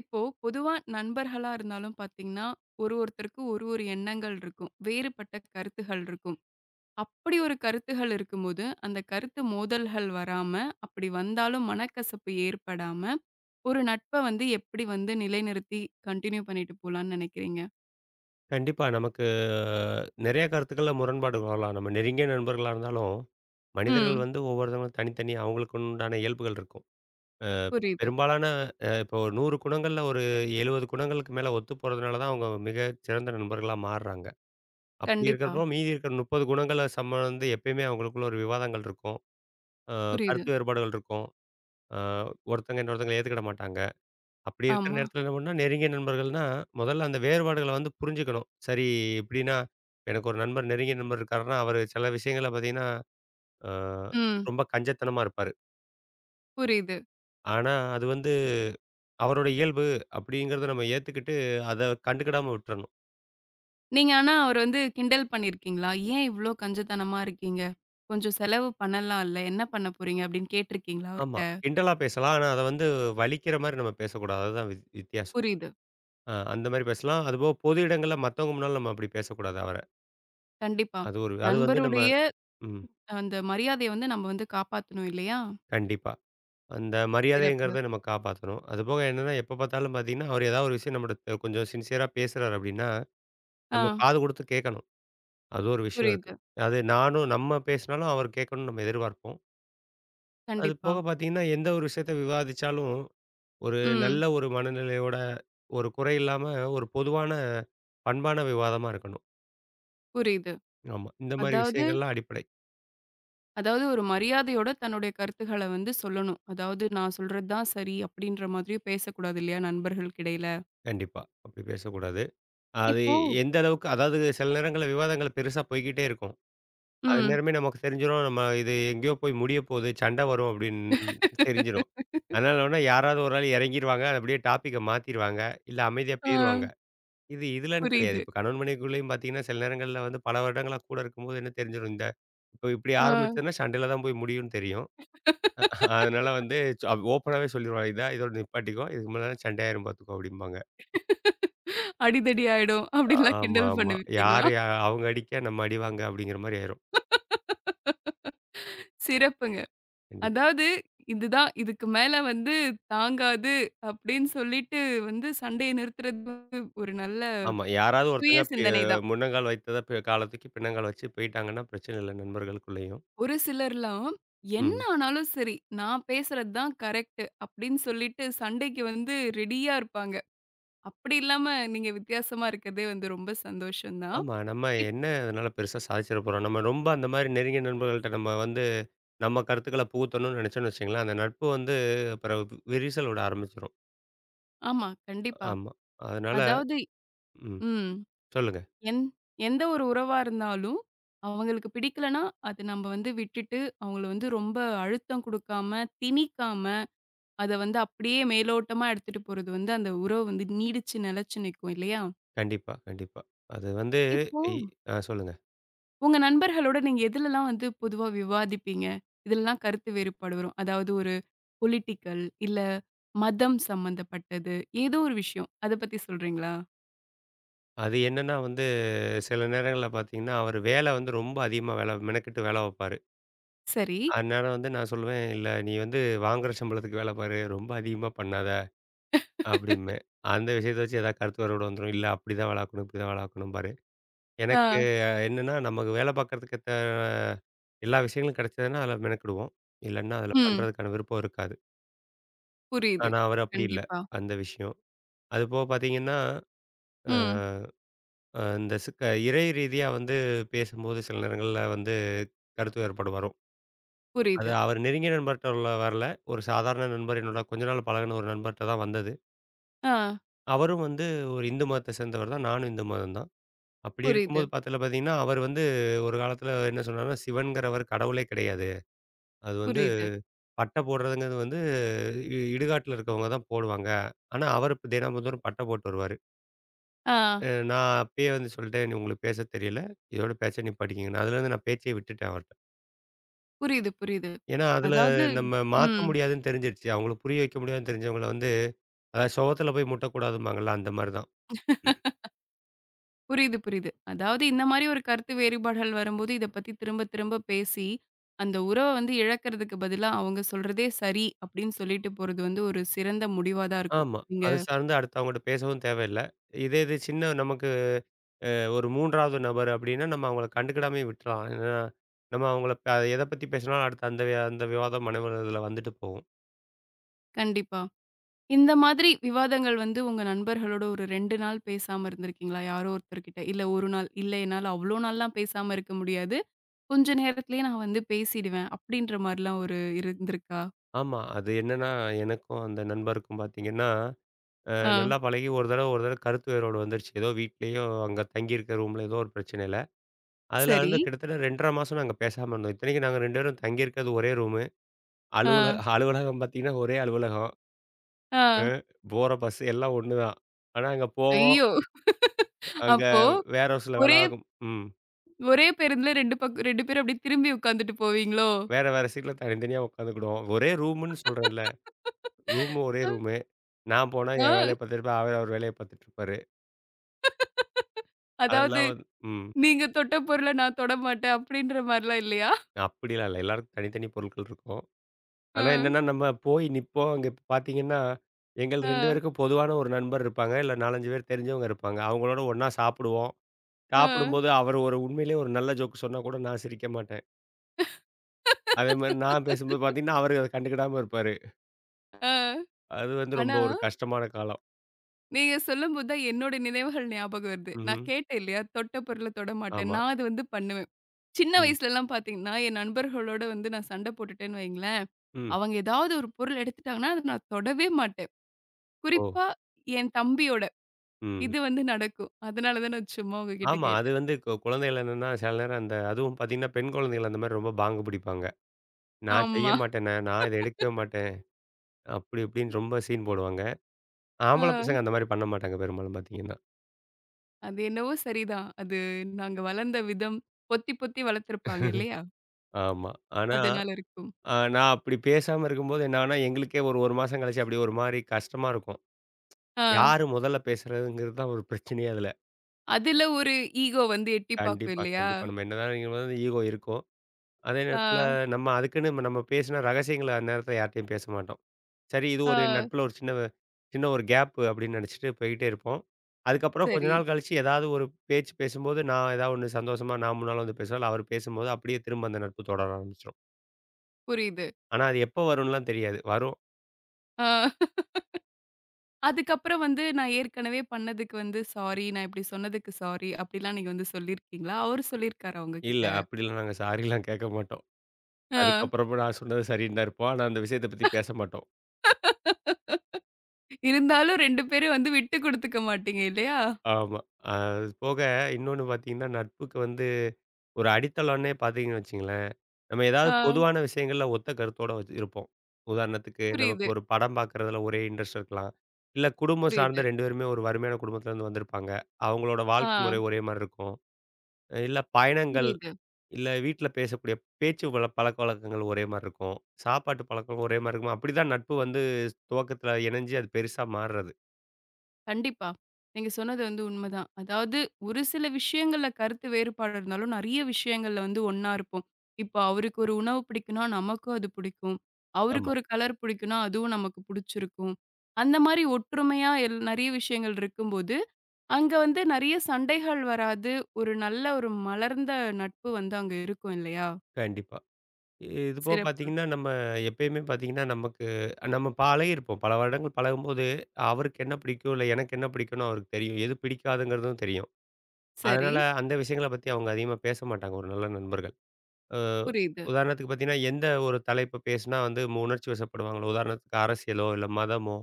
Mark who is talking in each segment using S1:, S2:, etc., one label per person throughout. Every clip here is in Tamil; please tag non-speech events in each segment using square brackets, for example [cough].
S1: இப்போ பொதுவா நண்பர்களா இருந்தாலும் பார்த்தீங்கன்னா, ஒருத்தருக்கு ஒரு ஒரு எண்ணங்கள் இருக்கும். வேறுபட்ட கருத்துகள் இருக்கும். அப்படி ஒரு கருத்துகள் இருக்கும்போது, அந்த கருத்து மோதல்கள் வராம, அப்படி வந்தாலும் மனக்கசப்பு ஏற்படாம, ஒரு நட்ப வந்து எப்படி வந்து நிலைநிறுத்தி கன்டின்யூ பண்ணிட்டு போலான்னு நினைக்கிறீங்க?
S2: கண்டிப்பா. நமக்கு நெறைய கருத்துக்கள்ல முரண்பாடுகள் வரலாம். நம்ம நெருங்கிய நண்பர்களா இருந்தாலும், மனிதர்கள்
S1: ம்.
S2: வந்து ஒவ்வொருத்தவங்களும் தனித்தனி அவங்களுக்கு உண்டான இயல்புகள் இருக்கும். அ
S1: புரியுது.
S2: பெரும்பாலான இப்போ 100 குணங்கள்ல ஒரு 70 குணங்களுக்கு மேல ஒத்து போறதுனால தான் அவங்க மிக சிறந்த நண்பர்களா மாறுறாங்க. அப்படி
S1: கண்டிப்பா.
S2: இருக்கிறப்போ மீதி இருக்கிற 30 குணங்கள சம்மந்து எப்பயுமே அவங்களுக்குள்ள ஒரு விவாதங்கள் இருக்கும். அ
S1: புரியுது.
S2: கருத்து வேறுபாடுகள் இருக்கும். அ ஒருத்தங்க இன்னொருத்தங்கள ஏத்துக்கிட மாட்டாங்க. அப்படி இருக்கிற
S1: ஆமா.
S2: நேரத்தில என்ன பண்ணணும்னா, நெருங்கிய நண்பர்கள்னா, முதல்ல அந்த வேறுபாடுகள வந்து புரிஞ்சுக்கணும். சரி இப்படின்னா, எனக்கு ஒரு நண்பர் நெருங்கிய நண்பர் இருக்காருன்னா, அவரு சில விஷயங்கள்ல பார்த்தீங்கன்னா, அ
S1: ம்.
S2: ரொம்ப கஞ்சத்தனமா இருப்பாரு.
S1: புரியுது.
S2: ஆனா, அது வந்து அவரோட இயல்பு அப்படிங்கிறத நம்ம ஏத்துக்கிட்டு, அத கண்டுக்கிடாம விட்டுறணும்.
S1: நீங்க ஆனா அவர வந்து கிண்டல் பண்ணியிருக்கீங்களா? "ஏன் இவ்ளோ கஞ்சத்தனமா இருக்கீங்க? கொஞ்சம் செலவு பண்ணலாம்ல. என்ன பண்ண போறீங்க?" அப்படின்னு கேட்டிருக்கீங்களா
S2: ஆமா.
S1: அவர்ட்ட?
S2: கிண்டலா பேசலாம். ஆனா, அத வந்து வலிக்கிற மாரி நம்ம பேசக்கூடாது. அதுதான் வித்தியாசம்.
S1: புரியுது.
S2: அந்த மாரி பேசலாம். அதுபோக பொது இடங்கள்ல மத்தவங்க முன்னால நம்ம அப்படி பேசக்கூடாது அவர.
S1: கண்டிப்பா.
S2: அது ஒரு அது வந்து நம்ம
S1: நண்பருடைய
S2: ம்.
S1: அந்த மரியாதைய வந்து நம்ம வந்து காப்பாத்தணும் இல்லையா?
S2: கண்டிப்பா. அந்த
S1: சிறப்பு.
S2: மரியாதைங்கிறத நம்ம காப்பாத்தணும். அதுபோக என்னன்னா, எப்ப பார்த்தாலும் பார்த்தீங்கன்னா, அவரு ஏதாவது ஒரு விஷயம் நம்மட்ட கொஞ்சம் சின்சியரா பேசுறாரு அப்டின்னா,
S1: ஆ.
S2: நம்ம காது குடுத்து கேட்கணும். அது ஒரு விஷயம் இருக்கு.
S1: புரியுது.
S2: அது நானும் நம்ம பேசினாலும் அவர் கேட்கணும்னு நம்ம எதிர்பார்ப்போம். அது
S1: கண்டிப்பா.
S2: போக பார்த்தீங்கன்னா, எந்த ஒரு விஷயத்த விவாதிச்சாலும், ஒரு
S1: ம்.
S2: நல்ல ஒரு மனநிலையோட, ஒரு குறை இல்லாம ஒரு பொதுவான பண்பான விவாதமா இருக்கணும்.
S1: புரியுது.
S2: ஆமா. இந்த மாரி
S1: அதாவது
S2: விஷயங்கள்லாம் அடிப்படை.
S1: அதாவது ஒரு மரியாதையோட தன்னுடைய கருத்துக்கள வந்து சொல்லணும். அதாவது நான் சொல்றது தான் சரி அப்படின்ற மாதிரி பேசக்கூடாது இல்லையா நண்பர்களுக்கு இடையில?
S2: கண்டிப்பா. அப்டி பேசக்கூடாது. அது
S1: இப்போ
S2: எந்த அளவுக்கு அதாவது சில நேரங்கள்ல விவாதங்கள் பெருசா போய்க்கிட்டே இருக்கும்.
S1: ம்.
S2: அந்நேரமே நமக்கு தெரிஞ்சிரும். நம்ம இது எங்கேயோ போய் முடிய போகுது. சண்டை வரும் அப்படின்னு தெரிஞ்சிரும். அதனால உடனே யாராவது ஒரு ஆள் இறங்கிருவாங்க. அது அப்படியே டாபிக்க மாத்திருவாங்க. இல்ல அமைதியா
S1: ஆ.
S2: போயிருவாங்க. இது இதுலன்னு கிடையாது.
S1: புரியுது.
S2: இப்ப கணவன் மனைவிக்குள்ளேயும் பார்த்தீங்கன்னா, சில நேரங்கள்ல வந்து பல வருடங்களா கூட இருக்கும்போது என்ன தெரிஞ்சிரும். இந்த இப்போ இப்படி
S1: ஆ.
S2: ஆரம்பிச்சதுன்னா சண்டையில தான் போய் முடியும்னு தெரியும். அதனால வந்து ச ஓப்பனாவே சொல்லிருவாங்க. இதான் இதோட நிப்பாட்டிக்கோ. இதுக்கு மேல சண்டையாயிரும் பார்த்துக்கோ அப்படிம்பாங்க.
S1: அடிதடி ஆயிடும் அப்படின்லாம் கிண்டல்
S2: ஆமாமா.
S1: பண்ணிருக்கீங்களா?
S2: யார் அவங்க அடிக்க நம்ம அடிவாங்க அப்படிங்கிற மாரி ஆயிரும்.
S1: சிறப்புங்க.
S2: கண்டிப்பா.
S1: அதாவது, இதுதான் இதுக்கு மேல வந்து தாங்காது அப்படின்னு சொல்லிட்டு வந்து சண்டைய நிறுத்துறது வந்து ஒரு நல்ல
S2: ஆமா. யாராவது
S1: தூய
S2: ஒருத்தங்க
S1: சிந்தனை தான்.
S2: முன்னங்கால் வைத்தத கால தூக்கி பின்னங்கால் வச்சு போயிட்டாங்கன்னா, பிரச்சனை இல்ல நண்பர்களுக்குள்ளேயும்.
S1: ஒரு சிலர்லாம் என்ன
S2: ம்.
S1: ஆனாலும் சரி, நான் பேசுறது தான் கரெக்ட் அப்படின்னு சொல்லிட்டு சண்டைக்கு வந்து ரெடியா இருப்பாங்க. அப்படி இல்லாம நீங்க வித்தியாசமா இருக்கிறதே வந்து ரொம்ப சந்தோஷம் தான்.
S2: ஆமா. நம்ம
S1: இப்
S2: என்ன அதனால பெருசா சாதிச்சிட போறோம்? நம்ம ரொம்ப அந்த மாரி நெருங்கிய நண்பர்கள்ட்ட நம்ம வந்து, நம்ம கருத்துக்கள புகுத்தணும்னு நினைச்சோம்னு வச்சுக்கங்களேன், அந்த நட்பு வந்து பிறகு விரிசல் விட ஆரம்பிச்சுரும்.
S1: ஆமா, கண்டிப்பா.
S2: ஆமா. அதனால
S1: அதாவது
S2: ம்.
S1: ம்.
S2: சொல்லுங்க.
S1: எந் எந்த ஒரு உறவா இருந்தாலும், அவங்களுக்கு பிடிக்கலன்னா, அது நம்ம வந்து விட்டுட்டு, அவங்கள வந்து ரொம்ப அழுத்தம் குடுக்காம, திணிக்காம, அத வந்து அப்படியே மேலோட்டமா எடுத்துட்டு போறது வந்து, அந்த உறவு வந்து நீடிச்சு நிலைச்சு நிக்கும் இல்லையா?
S2: கண்டிப்பா, கண்டிப்பா. அது வந்து
S1: இப்போ
S2: இ ஆ சொல்லுங்க.
S1: உங்க நண்பர்களோட நீங்க எதுலலாம் வந்து பொதுவா விவாதிப்பீங்க? இதுலலாம் கருத்து வேறுபாடு வரும். அதாவது ஒரு பொலிட்டிக்கல் இல்ல மதம் சம்மந்தப்பட்டது. ஏதோ ஒரு விஷயம். அத பத்தி சொல்றீங்களா?
S2: அது என்னன்னா வந்து, சில நேரங்கள்ல பார்த்தீங்கன்னா, அவரு வேல வந்து ரொம்ப அதிகமா வேல மெனக்கெட்டு வேல பார்ப்பாரு.
S1: சரி.
S2: அதனால வந்து நான் சொல்லுவேன், "இல்ல நீ வந்து வாங்குற சம்பளத்துக்கு வேலை பாரு. ரொம்ப அதிகமா பண்ணாத" அப்டிம்பேன்.
S1: [laughs]
S2: அந்த விஷயத்த வச்சு ஏதாவது கருத்து வேறுபாடு வந்துரும். "இல்ல அப்டிதான் வேலை ஆக்கணும், இப்டிதான் வேலை ஆக்கணும் பாரு."
S1: ஆ.
S2: எனக்கு என்னன்னா, நமக்கு வேலை பார்க்கறதுக்கு தேவ எல்லா விஷயங்களும் கிடைச்சதுன்னா, அதில மெனக்கிடுவோம். இல்லன்னா அதில
S1: ம்.
S2: பண்றதுக்கான விருப்பம் இருக்காது.
S1: புரியுது.
S2: ஆனா அவர் அப்டி இல்ல.
S1: கண்டிப்பா.
S2: அந்த விஷயம். அதுபோக பார்த்தீங்கன்னா, அ
S1: ம்.
S2: அ இந்த இறை ரீதியா வந்து பேசும்போது சில நேரங்கள்ல வந்து கருத்து வேறுபாடு வரும். அது
S1: புரியுது.
S2: அவர் நெருங்கிய நண்பர்ட்ட உள்ள வரல. ஒரு சாதாரண நண்பர் என்னோட கொஞ்ச நாள் பழகுன ஒரு நண்பர்ட்ட தான் வந்தது.
S1: ஆ.
S2: அவரும் வந்து ஒரு இந்து மதத்த சேர்ந்தவர் தான். நானும் இந்து மதம் தான். அப்படி
S1: புரியுது,
S2: இருக்கும்போது பாத்தீங்கன்னா, அவர் வந்து ஒரு காலத்துல என்ன சொன்னார்னா, சிவன்கிறவர் கடவுளே கிடையாது. அது வந்து
S1: புரியுது.
S2: பட்ட போடுறதுங்கிறது வந்து இடுகாட்டுல இருக்கவங்க தான் போடுவாங்க. ஆனா அவரு தினம்தோறும் பட்ட போட்டு வருவாரு.
S1: ஆ.
S2: நான் அப்பயே வந்து சொல்லிட்டேன், "நீ "உங்களுக்கு பேச தெரியல. இதோட பேச்ச நிப்பாட்டிக்கங்கன்னு." அதுலேருந்து நான் பேச்சே விட்டுட்டேன் அவர்ட்ட.
S1: புரியுது, புரியுது.
S2: ஏன்னா, அதுல
S1: அதாவது
S2: நம்ம மாத்த
S1: ம்.
S2: முடியாதுன்னு தெரிஞ்சிருச்சு. அவங்கள புரிய வைக்க முடியாதுன்னு தெரிஞ்சவங்கள வந்து சுவத்துல போய் முட்டக்கூடாதும்பாங்கல்ல, அந்த மாரி தான்.
S1: [laughs] புரியுது, புரியுது. அதாவது இந்த மாரி ஒரு கருத்து வேறுபாடுகள் வரும்போது, இத பத்தி திரும்ப திரும்ப பேசி, அந்த உறவ வந்து இழக்கிறதுக்கு பதிலா, அவங்க சொல்றதே சரி அப்படின்னு சொல்லிட்டு போறது வந்து ஒரு சிறந்த முடிவா தான் இருக்கும்.
S2: ஆமா.
S1: நீங்க
S2: அது சார்ந்து அடுத்து அவங்கட்ட பேசவும் தேவையில்ல. இதே இது சின்ன நமக்கு அ ஒரு 3வது நபர் அப்டின்னா, நம்ம அவங்கள கண்டுக்கிடாமயே விட்டுறலாம். ஏன்னா, நம்ம அவங்கள எத பத்தி பேசினாலும் அடுத்து அந்த அந்த விவாதம் மனவளவுல வந்துட்டு போகும்.
S1: கண்டிப்பா. இந்த மாதிரி விவாதங்கள் வந்து உங்க நண்பர்களோட ஒரு 2 நாள் பேசாம இருந்திருக்கீங்களா? யாரோ ஒருத்தர்கிட்ட. இல்ல 1 நாள், இல்ல என்னால அவ்ளோ நாள்லாம் பேசாம இருக்க முடியாது. கொஞ்ச நேரத்திலேயே நான் வந்து பேசிடுவேன். அப்படின்ற மாரிலாம் ஒரு இருந்திருக்கா?
S2: ஆமா. அது என்னன்னா, எனக்கும் அந்த நண்பருக்கும் பார்த்தீங்கன்னா, அ
S1: ஆ.
S2: நல்லா பழகி ஒரு தடவ கருத்து வேறுபாடு வந்துருச்சு. ஏதோ வீட்லயோ, அங்க தங்கியிருக்க ரூம்ல ஏதோ ஒரு பிரச்சனையில. அதுல
S1: சரி.
S2: வந்து கிட்டத்தட்ட 2 1/2 மாசம் நாங்க பேசாம இருந்தோம். இத்தனைக்கும் நாங்க 2 பேரும் தங்கியிருக்கிறது ஒரே ரூமு. அலுவல
S1: ஆ,
S2: அலுவலகம் பார்த்தீங்கன்னா, ஒரே அலுவலகம்.
S1: ஆ.
S2: அ போற பஸ் எல்லாம் ஒண்ணுதான். ஆனா அங்க போவோம்.
S1: ஐயோ!
S2: அங்க
S1: அப்போ
S2: வேற ஒரு சில வேல
S1: ஒரே
S2: ஆகும். ம்.
S1: ஒரே பேருந்துல 2 பேரும் அப்படியே திரும்பி உட்காந்துட்டு போவீங்களோ?
S2: வேற வேற சீட்ல தனித்தனியா உட்காந்துக்கிடுவோம். ஒரே ரூமுன்னு சொல்றேன்ல. ரூமு ஒரே ரூமு. நான் போனா
S1: ஆ,
S2: என் வேலைய பார்த்துட்டு இருப்பேன். அவர் அவர் வேலைய பார்த்துட்டு இருப்பாரு.
S1: அதாவது
S2: அதெல்லாம் வந்து ம்.
S1: நீங்க தொட்ட பொருள நான் தொடமாட்டேன் அப்படின்ற மாரிலாம் இல்லையா?
S2: அப்படிலாம் இல்ல. எல்லாருக்கும் தனித்தனி பொருட்கள் இருக்கும்.
S1: ஆ.
S2: ஆனா என்னன்னா நம்ம போய் நிப்போம். அங்க இப்ப பார்த்தீங்கன்னா, எங்கள்
S1: ஆ,
S2: 2 பேருக்கும் பொதுவான ஒரு நண்பர் இருப்பாங்க. இல்ல 4, 5 பேர் தெரிஞ்சவங்க இருப்பாங்க. அவங்களோட ஒண்ணா சாப்பிடுவோம்.
S1: ஆ,
S2: சாப்பிடும்போது அவர் ஒரு உண்மையிலேயே ஒரு நல்ல ஜோக் சொன்னா கூட நான் சிரிக்க மாட்டேன். அதே மாரி நான் பேசும்போது பார்த்தீங்கன்னா, அவரு அத கண்டுக்கிடாம இருப்பாரு.
S1: ஆ.
S2: அது வந்து ரொம்ப
S1: ஆனா,
S2: ஒரு கஷ்டமான காலம்.
S1: நீங்க சொல்லும்போது தான் என்னோட நினைவுகள் ஞாபகம் வருது. நான்
S2: ம்ஹ்ம்.
S1: கேட்டேன் இல்லையா? தொட்ட பொருள தொடமாட்டேன்.
S2: ஆமா.
S1: நான் அது வந்து பண்ணுவேன். சின்ன
S2: ம்.
S1: வயசுலலாம் பார்த்தீங்கன்னா, என் நண்பர்களோட வந்து நான் சண்டை போட்டுட்டேன்னு வைங்களேன்,
S2: ம்.
S1: அவங்க ஏதாவது ஒரு பொருள் எடுத்துட்டாங்கன்னா, அத நான் தொடவே மாட்டேன்.
S2: ஓ!
S1: குறிப்பா என் தம்பியோட
S2: ம்.
S1: இது வந்து நடக்கும். அதனால தான் நான் சும்மா உங்ககிட்ட
S2: ஆமா. அது
S1: கேட்டேன்.
S2: வந்து குழந்தைகள் என்னன்னா, சில நேரம் அந்த அதுவும் பார்த்தீங்கன்னா, பெண் குழந்தைகள் அந்த மாரி ரொம்ப பாங்கு பிடிப்பாங்க. "நான் செய்ய
S1: ஆமா.
S2: மாட்டேனே, நான் இத எடுக்கவே மாட்டேன்." அப்படி இப்படின்னு ரொம்ப சீன் போடுவாங்க.
S1: ஆ.
S2: ஆம்பள பசங்க அந்த மாரி பண்ண மாட்டாங்க பெரும்பாலும் பார்த்தீங்கன்னா.
S1: அது என்னவோ சரிதான். அது நாங்க வளர்ந்த விதம் பொத்தி பொத்தி வளர்த்துருப்பாங்க இல்லையா?
S2: ஆமா. ஆனா,
S1: அதனால இருக்கும்.
S2: நான் அப்படி பேசாம இருக்கும்போது என்ன ஆகும்னா, எங்களுக்கே ஒரு 1 மாசம் கழிச்சு அப்படியே ஒரு மாரி கஷ்டமா இருக்கும்.
S1: ஆ.
S2: யாரு முதல்ல பேசுறதுங்கிறது தான் ஒரு பிரச்சனையே அதுல.
S1: அதுல ஒரு ஈகோ வந்து எட்டி பாக்கும்
S2: கண்டிப்பா,
S1: இல்லையா?
S2: கண்டிப்பா. நம்ம என்னதான் [unintelligible] ஈகோ இருக்கும். அதே
S1: ஆ,
S2: நேரத்தில நம்ம அதுக்குன்னு நம்ம பேசின ரகசியங்கள அந்நேரத்தில யார்ட்டயும் பேச மாட்டோம். சரி இது
S1: ஆ.
S2: ஒரு நட்புல ஒரு சின்ன சின்ன ஒரு கேப் அப்படின்னு நினைச்சுட்டு போயிட்டே இருப்போம். அதுக்கப்புறம் கொஞ்ச
S1: சரி.
S2: நாள் கழிச்சு ஏதாவது ஒரு பேச்சு பேசும்போது, நான் ஏதாவது ஒண்ணு சந்தோஷமா நான் முன்னால வந்து பேசுவேன். இல்ல அவர் பேசும்போது அப்படியே திரும்ப அந்த நட்பு தொடர ஆரம்பிச்சுரும்.
S1: புரியுது.
S2: ஆனா அது எப்ப வரும்லாம் தெரியாது. வரும்.
S1: ஆ. அதுக்கப்புறம் வந்து நான் ஏற்கனவே பண்ணதுக்கு வந்து சாரி. நான் இப்படி சொன்னதுக்கு சாரி. அப்படிலாம் நீங்க வந்து சொல்லியிருக்கீங்களா? அவரு சொல்லியிருக்காரா
S2: இல்ல
S1: உங்ககிட்ட?
S2: அப்படிலாம் நாங்க சாரிலாம் கேட்க மாட்டோம்.
S1: ஆ.
S2: அதுக்கப்புறமும் நான் சொன்னது சரின்னு தான் இருப்போம். ஆனா அந்த விஷயத்த பத்தி பேச மாட்டோம்.
S1: இருந்தாலும் 2 பேரும் வந்து விட்டு குடுத்துக்க மாட்டீங்க இல்லையா?
S2: ஆமா. அது போக இன்னொன்னு பார்த்தீங்கன்னா, நட்புக்கு வந்து ஒரு அடித்தளம்னே பார்த்தீங்கன்னு வச்சுங்களேன், நம்ம ஏதாவது
S1: ஆ.
S2: பொதுவான விஷயங்கள்ல ஒத்த கருத்தோட வச்சு இருப்போம். உதாரணத்துக்கு நமக்கு
S1: புரியுது,
S2: ஒரு படம் பார்க்குறதுல ஒரே இன்ட்ரெஸ்ட் இருக்கலாம். இல்ல குடும்பம் சார்ந்த
S1: புரியுது.
S2: 2 பேருமே ஒரு வறுமையான குடும்பத்திலேருந்து வந்திருப்பாங்க. அவங்களோட வாழ்க்கை
S1: ஆ,
S2: முறை ஒரே மாரி இருக்கும். இல்ல பயணங்கள்,
S1: புரியுது.
S2: இல்ல வீட்ல பேசக்கூடிய பேச்சு வழ பழக்கவழக்கங்கள் ஒரே மாரி இருக்கும். சாப்பாட்டு பழக்கம் ஒரே மாரி இருக்கும். அப்படிதான் நட்பு வந்து துவக்கத்தில இணஞ்சு அது பெருசா மாறுறது.
S1: கண்டிப்பா. நீங்க சொன்னது வந்து உண்மதான். அதாவது ஒரு சில விஷயங்கள்ல கருத்து வேறுபாடு இருந்தாலும், நெறைய விஷயங்கள்ல வந்து ஒண்ணா இருப்போம். இப்போ அவருக்கு ஒரு உணவு பிடிக்கும்னா, நமக்கும் அது பிடிக்கும். அவருக்கு
S2: ஆமா,
S1: ஒரு கலர் பிடிக்கும்னா, அதுவும் நமக்கு பிடிச்சிருக்கும். அந்த மாரி ஒற்றுமையா நெறைய விஷயங்கள் இருக்கும்போது, அங்க வந்து நெறைய சண்டைகள் வராது. ஒரு நல்ல ஒரு மலர்ந்த நட்பு வந்து அங்க இருக்கும் இல்லையா?
S2: கண்டிப்பா. இது போக
S1: சிறப்பு.
S2: பார்த்தீங்கன்னா, நம்ம எப்பயுமே பார்த்தீங்கன்னா, நமக்கு நம்ம பழகியிருப்போம். பல வருடங்கள் பழகும்போது, அவருக்கு என்ன பிடிக்கும், இல்ல எனக்கு என்ன பிடிக்கும்னு அவருக்கு தெரியும். எது பிடிக்காதுங்கிறதும் தெரியும்.
S1: சரி.
S2: அதனால அந்த விஷயங்கள பத்தி அவங்க அதிகமா பேச மாட்டாங்க, ஒரு நல்ல நண்பர்கள். அ
S1: புரியுது.
S2: உதாரணத்துக்கு பார்த்தீங்கன்னா, எந்த ஒரு தலைப்ப பேசுனா வந்து உணர்ச்சி வசப்படுவாங்களோ, உதாரணத்துக்கு அரசியலோ, இல்ல மதமோ,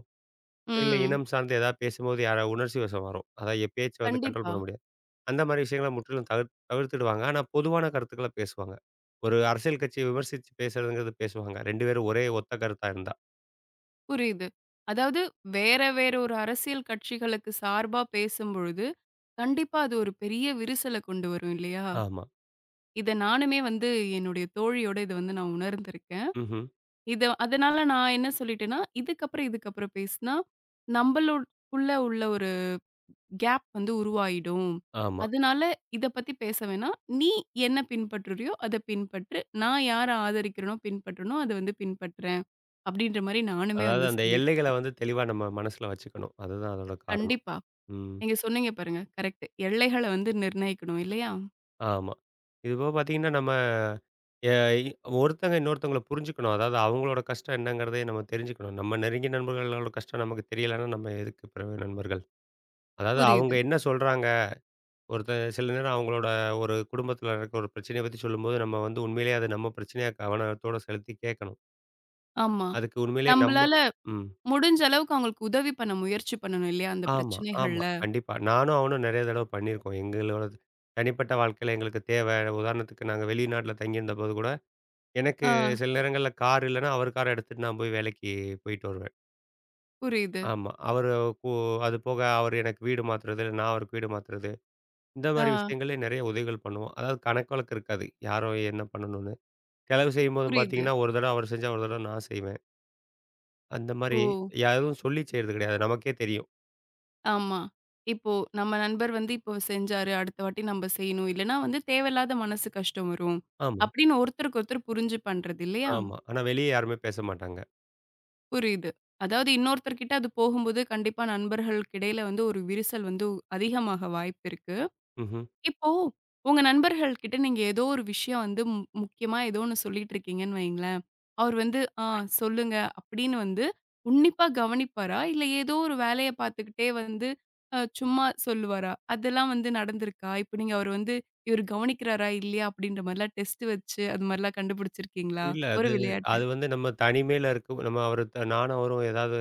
S2: இல்ல
S1: ம்.
S2: இனம் சார்ந்து ஏதாவது பேசும்போது யாரா உணர்ச்சி வசம் வரும். அதான் என் பேச்ச வந்து கண்ட்ரோல்
S1: கண்டிப்பா.
S2: பண்ண முடியாது. அந்த மாரி விஷயங்கள முற்றிலும் தவிர்த்துடுவாங்க. ஆனா, பொதுவான கருத்துக்கள பேசுவாங்க. ஒரு அரசியல் கட்சிய விமர்சிச்சு பேசுறதுங்கிறது பேசுவாங்க. 2 பேரும் ஒரே ஒத்த கருத்தா இருந்தா.
S1: புரியுது. அதாவது வேற வேற ஒரு அரசியல் கட்சிகளுக்கு சார்பா பேசும்பொழுது, கண்டிப்பா அது ஒரு பெரிய விரிசல கொண்டு வரும் இல்லையா?
S2: ஆமா.
S1: இத நானுமே வந்து என்னுடைய தோழியோட இத வந்து நான் உணர்ந்திருக்கேன்.
S2: ம்ஹ்ம்.
S1: இத அதனால நான் என்ன சொல்லிட்டேன்னா, இதுக்கப்புறம் இதுக்கப்புறம் பேசுனா, நம்மளுக்குள்ள உள்ள ஒரு கேப் வந்து உருவாயிடும்.
S2: ஆமா.
S1: அதனால இத பத்தி பேச வேணாம். நீ என்ன பின்பற்றுறியோ அத பின்பற்று. நான் யார ஆதரிக்கிறேனோ, பின்பற்றனோ அத வந்து பின்பற்றுறேன். அப்படின்ற மாரி நானுமே
S2: அதாவது
S1: வந்து
S2: அந்த
S1: சொல்லியிருக்கேன்.
S2: எல்லைகள வந்து தெளிவா நம்ம மனசுல வச்சுக்கணும். அதுதான் அதோட காரணம்.
S1: கண்டிப்பா.
S2: ம்.
S1: நீங்க சொன்னீங்க பாருங்க. கரெக்ட். எல்லைகள வந்து நிர்ணயிக்கணும் இல்லையா?
S2: ஆமா. இதுபோக பார்த்தீங்கன்னா, நம்ம எ இ ஒருத்தங்க இன்னொருத்தவங்கள புரிஞ்சுக்கணும். அதாவது அவங்களோட கஷ்டம் என்னங்கிறதே நம்ம தெரிஞ்சுக்கணும். நம்ம நெருங்கிய நண்பர்களோட கஷ்டம் நமக்கு தெரியலன்னா, நம்ம எதுக்கு பிறகு நண்பர்கள்? அதாவது
S1: புரியுது.
S2: அவங்க என்ன சொல்றாங்க? ஒருத்தன் சில நேரம் அவங்களோட ஒரு குடும்பத்தில நடக்கிற ஒரு பிரச்சனைய பத்தி சொல்லும்போது, நம்ம வந்து உண்மையிலேயே அது நம்ம பிரச்சனையா கவனத்தோட செலுத்தி கேட்கணும்.
S1: ஆமா.
S2: அதுக்கு உண்மையிலேயே நம்ம
S1: நம்பளால
S2: ம்.
S1: முடிஞ்ச அளவுக்கு அவங்களுக்கு உதவி பண்ண முயற்சி பண்ணணும் இல்லையா? அந்த
S2: ஆமா, ஆமா.
S1: பிரச்சனைகள்ல.
S2: கண்டிப்பா. நானும் அவனும் நெறைய தடவ பண்ணியிருக்கோம். எங்களோட தனிப்பட்ட வாழ்க்கையில எங்களுக்கு தேவ. உதாரணத்துக்கு நாங்க வெளிநாட்ல தங்கியிருந்தபோது கூட, எனக்கு
S1: ஆ.
S2: சில நேரங்கள்ல கார் இல்லன்னா, அவர் கார எடுத்துட்டு நான் போய் வேலைக்கு போயிட்டு வருவேன்.
S1: புரியுது.
S2: ஆமா. அவரு கு அது போக அவர் எனக்கு வீடு மாத்துறது, இல்ல நான் அவருக்கு வீடு மாத்துறது. இந்த மாரி
S1: ஆ.
S2: விஷயங்கள்ல நெறைய உதவிகள் பண்ணுவோம். அதாவது கணக்கு வழக்கு இருக்காது. யாரோ என்ன பண்ணணும்னு. செலவு செய்யும்போது
S1: புரியுது.
S2: பார்த்தீங்கன்னா, ஒரு தடவ அவர் செஞ்சா, ஒரு தடவ நான் செய்வேன். அந்த மாரி
S1: ஓ!
S2: யாரும் சொல்லி செய்றது கிடையாது. நமக்கே தெரியும்.
S1: ஆமா. இப்போ நம்ம நண்பர் வந்து இப்போ செஞ்சாரு, அடுத்த வாட்டி நம்ப செய்யணும். இல்லன்னா வந்து தேவையில்லாத மனசு கஷ்டம் வரும்.
S2: ஆமா,
S1: அப்படின்னு ஒருத்தருக்கு ஒருத்தர் புரிஞ்சு பண்றது இல்லையா?
S2: ஆமா. ஆனா வெளிய யாருமே பேச மாட்டாங்க.
S1: புரியுது. அதாவது இன்னொருத்தர் கிட்ட அது போகும்போது கண்டிப்பா நண்பர்களுக்கு இடையில வந்து ஒரு விரிசல் வந்து அதிகமாக வாய்ப்பு இருக்கு.
S2: ம்ஹ்ம்.
S1: இப்போ உங்க நண்பர்கள் கிட்ட நீங்க ஏதோ ஒரு விஷயம் வந்து முக்கியமா ஏதோ ஒண்ணு சொல்லிட்டு இருக்கீங்கன்னு வையுங்களேன். அவர் வந்து, "ஆ சொல்லுங்க" அப்படின்னு வந்து உன்னிப்பா கவனிப்பாரா? இல்ல ஏதோ ஒரு வேலைய பார்த்துக்கிட்டே வந்து அ சும்மா சொல்லுவாரா? அதெல்லாம் வந்து நடந்திருக்கா? இப்ப நீங்க அவர் வந்து இவர் கவனிக்கிறாரா? இல்லையா? அப்படின்ற மாரிலாம் டெஸ்ட் வச்சு அது மாரிலாம் கண்டுபிடிச்சிருக்கீங்களா?
S2: இல்ல
S1: ஒரு
S2: அது
S1: விளையாட்டு.
S2: அது வந்து நம்ம தனிமையில இருக்கும். நம்ம அவரு த நானும் அவரும் ஏதாவது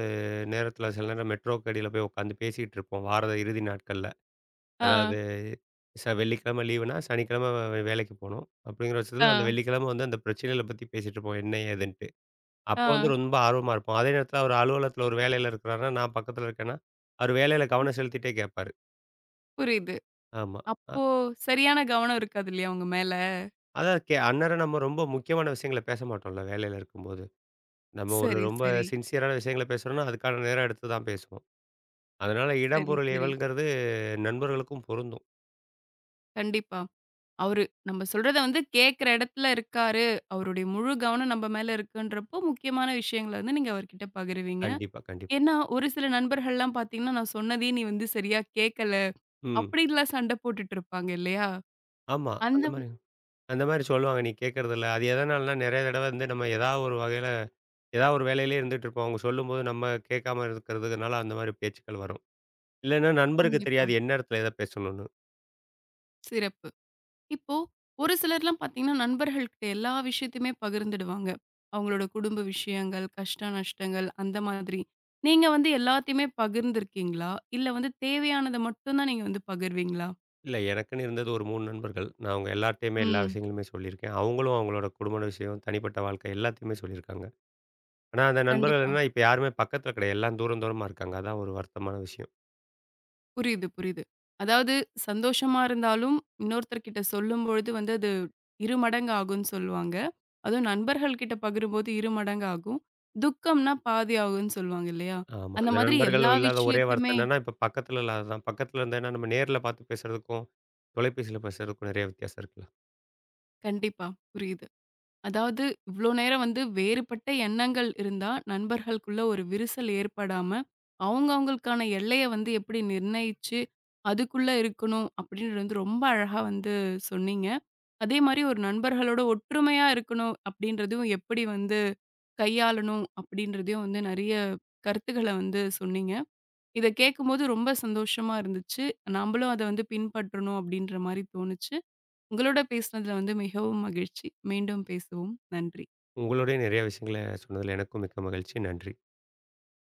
S2: நேரத்தில சில நேரம் மெட்ரோக்கு அடியில போய் உட்காந்து பேசிட்டு இருப்போம். வார இறுதி நாட்கள்ல.
S1: ஆ,
S2: அதாவது வெள்ளிக்கிழமை லீவுனா, சனிக்கிழமை வேலைக்கு போணும். அப்படிங்கிற
S1: ஆ,
S2: பட்சத்தில அந்த வெள்ளிக்கிழமை வந்து அந்த பிரச்சனைகள பத்தி பேசிட்டு இருப்போம். என்ன ஏதுன்னு. அப்ப
S1: ஆ.
S2: வந்து ரொம்ப ஆர்வமா இருப்போம். அதே நேரத்தில அவரு அலுவலகத்தில ஒரு வேலையில இருக்கிறாருன்னா, நான் பக்கத்தில இருக்கேன்னா, அவரு வேலையில கவனம் செலுத்திட்டே கேட்பாரு.
S1: புரியுது.
S2: ஆமா. அ
S1: அப்போ சரியான கவனம் இருக்காது இல்லையா உங்க மேல?
S2: அதான் அந்நேரம் நம்ம ரொம்ப முக்கியமான விஷயங்கள பேச மாட்டோம்ல, வேலையில இருக்கும்போது. நம்ம ஒரு
S1: சரி,
S2: ரொம்ப
S1: சரி.
S2: சின்சியரான விஷயங்கள பேசுறோம்னா, அதுக்கான நேரம் எடுத்து தான் பேசுவோம். அதனால இடம்,
S1: சரி,
S2: பொருள்,
S1: சரி.
S2: ஏவல்ங்கிறது நண்பர்களுக்கும் பொருந்தும்.
S1: கண்டிப்பா. அவரு நம்ம சொல்றத வந்து கேட்கிற இடத்துல இருக்காரு. அவருடைய முழு கவனம் நம்ம மேல இருக்குன்றப்போ, முக்கியமான விஷயங்கள வந்து நீங்க அவர்கிட்ட பகிருவீங்க.
S2: கண்டிப்பா, கண்டிப்பா.
S1: ஏன்னா, ஒரு சில நண்பர்கள்லாம் பார்த்தீங்கன்னா, நான் சொன்னதையே நீ வந்து சரியா கேட்கல,
S2: ம்.
S1: அப்படின்லாம் சண்ட போட்டுட்டு இருப்பாங்க இல்லையா?
S2: ஆமா. அந்த
S1: அந்த
S2: மாரி அந்த மாரி சொல்லுவாங்க. நீ கேட்கறதில்ல. அது எதனாலனா நெறைய தடவ வந்து நம்ம ஏதாவது ஒரு வகையில ஏதாவது ஒரு வேலையிலேயே இருந்துட்டு இருப்போம். அவங்க சொல்லும்போது நம்ம கேட்காம இருக்கிறதுனால அந்த மாரி பேச்சுக்கள் வரும். இல்லன்னா நண்பருக்கு
S1: கண்டிப்பா.
S2: தெரியாது எந்த இடத்துல எத பேசணும்னு.
S1: சிறப்பு. இப்போ ஒரு சிலர்லாம் பார்த்தீங்கன்னா, நண்பர்கள்கிட்ட எல்லா விஷயத்தையுமே பகிர்ந்துடுவாங்க. அவங்களோட குடும்ப விஷயங்கள், கஷ்ட நஷ்டங்கள் அந்த மாதிரி. நீங்க வந்து எல்லாத்தையுமே பகிர்ந்திருக்கீங்களா? இல்ல வந்து தேவையானத மட்டும் தான் நீங்க வந்து பகிர்வீங்களா?
S2: இல்ல எனக்குன்னு இருந்தது ஒரு 3 நண்பர்கள். நான் அவங்க எல்லார்ட்டயுமே எல்லா
S1: ம்.
S2: விஷயங்களுமே சொல்லியிருக்கேன். அவங்களும் அவங்களோட குடும்ப விஷயம், தனிப்பட்ட வாழ்க்கை எல்லாத்தையுமே சொல்லியிருக்காங்க. ஆனா அந்த நண்பர்கள்
S1: கண்டிப்பா.
S2: என்னன்னா, இப்ப யாருமே பக்கத்துல கிடையாது. எல்லாம் தூரமா இருக்காங்க. அதான் ஒரு வருத்தமான விஷயம்.
S1: புரியுது, புரியுது. அதாவது சந்தோஷமா இருந்தாலும், இன்னொருத்தர்கிட்ட சொல்லும்பொழுது வந்து அது 2 மடங்கு ஆகும்ன்னு சொல்லுவாங்க. அதுவும் நண்பர்கள் கிட்ட பகிரும்போது 2 மடங்கு ஆகும். துக்கம்னா பாதி ஆகும்ன்னு சொல்லுவாங்க இல்லையா?
S2: ஆமா.
S1: அந்த
S2: அந்த
S1: மாதிரி
S2: நண்பர்கள்
S1: எல்லா
S2: இல்லாத ஒரே வருத்தம்
S1: விஷயத்தையுமே
S2: என்னன்னா, இப்ப பக்கத்துல இல்லாததான். பக்கத்துல இருந்தேன்னா நம்ம நேர்ல பார்த்து பேசுறதுக்கும், தொலைபேசியில பேசுறதுக்கும் நெறைய வித்தியாசம் இருக்குல்ல.
S1: கண்டிப்பா, புரியுது. அதாவது இவ்ளோ நேரம் வந்து வேறுபட்ட எண்ணங்கள் இருந்தா, நண்பர்களுக்குள்ள ஒரு விரிசல் ஏற்படாம, அவங்கவங்களுக்கான எல்லைய வந்து எப்படி நிர்ணயிச்சு அதுக்குள்ள இருக்கணும் அப்படின்றது வந்து ரொம்ப அழகா வந்து சொன்னீங்க. அதே மாரி ஒரு நண்பர்களோட ஒற்றுமையா இருக்கணும் அப்படின்றதையும் எப்படி வந்து கையாளணும் அப்படின்றதையும் வந்து நெறைய கருத்துக்கள வந்து சொன்னீங்க. இத கேட்கும்போது ரொம்ப சந்தோஷமா இருந்துச்சு. நம்மளும் அத வந்து பின்பற்றணும் அப்படின்ற மாரி தோணுச்சு. உங்களோட பேசினதுல வந்து மிகவும் மகிழ்ச்சி. மீண்டும் பேசுவோம். நன்றி.
S2: உங்களுடைய நெறைய விஷயங்கள சொன்னதுல எனக்கும் மிக்க மகிழ்ச்சி. நன்றி.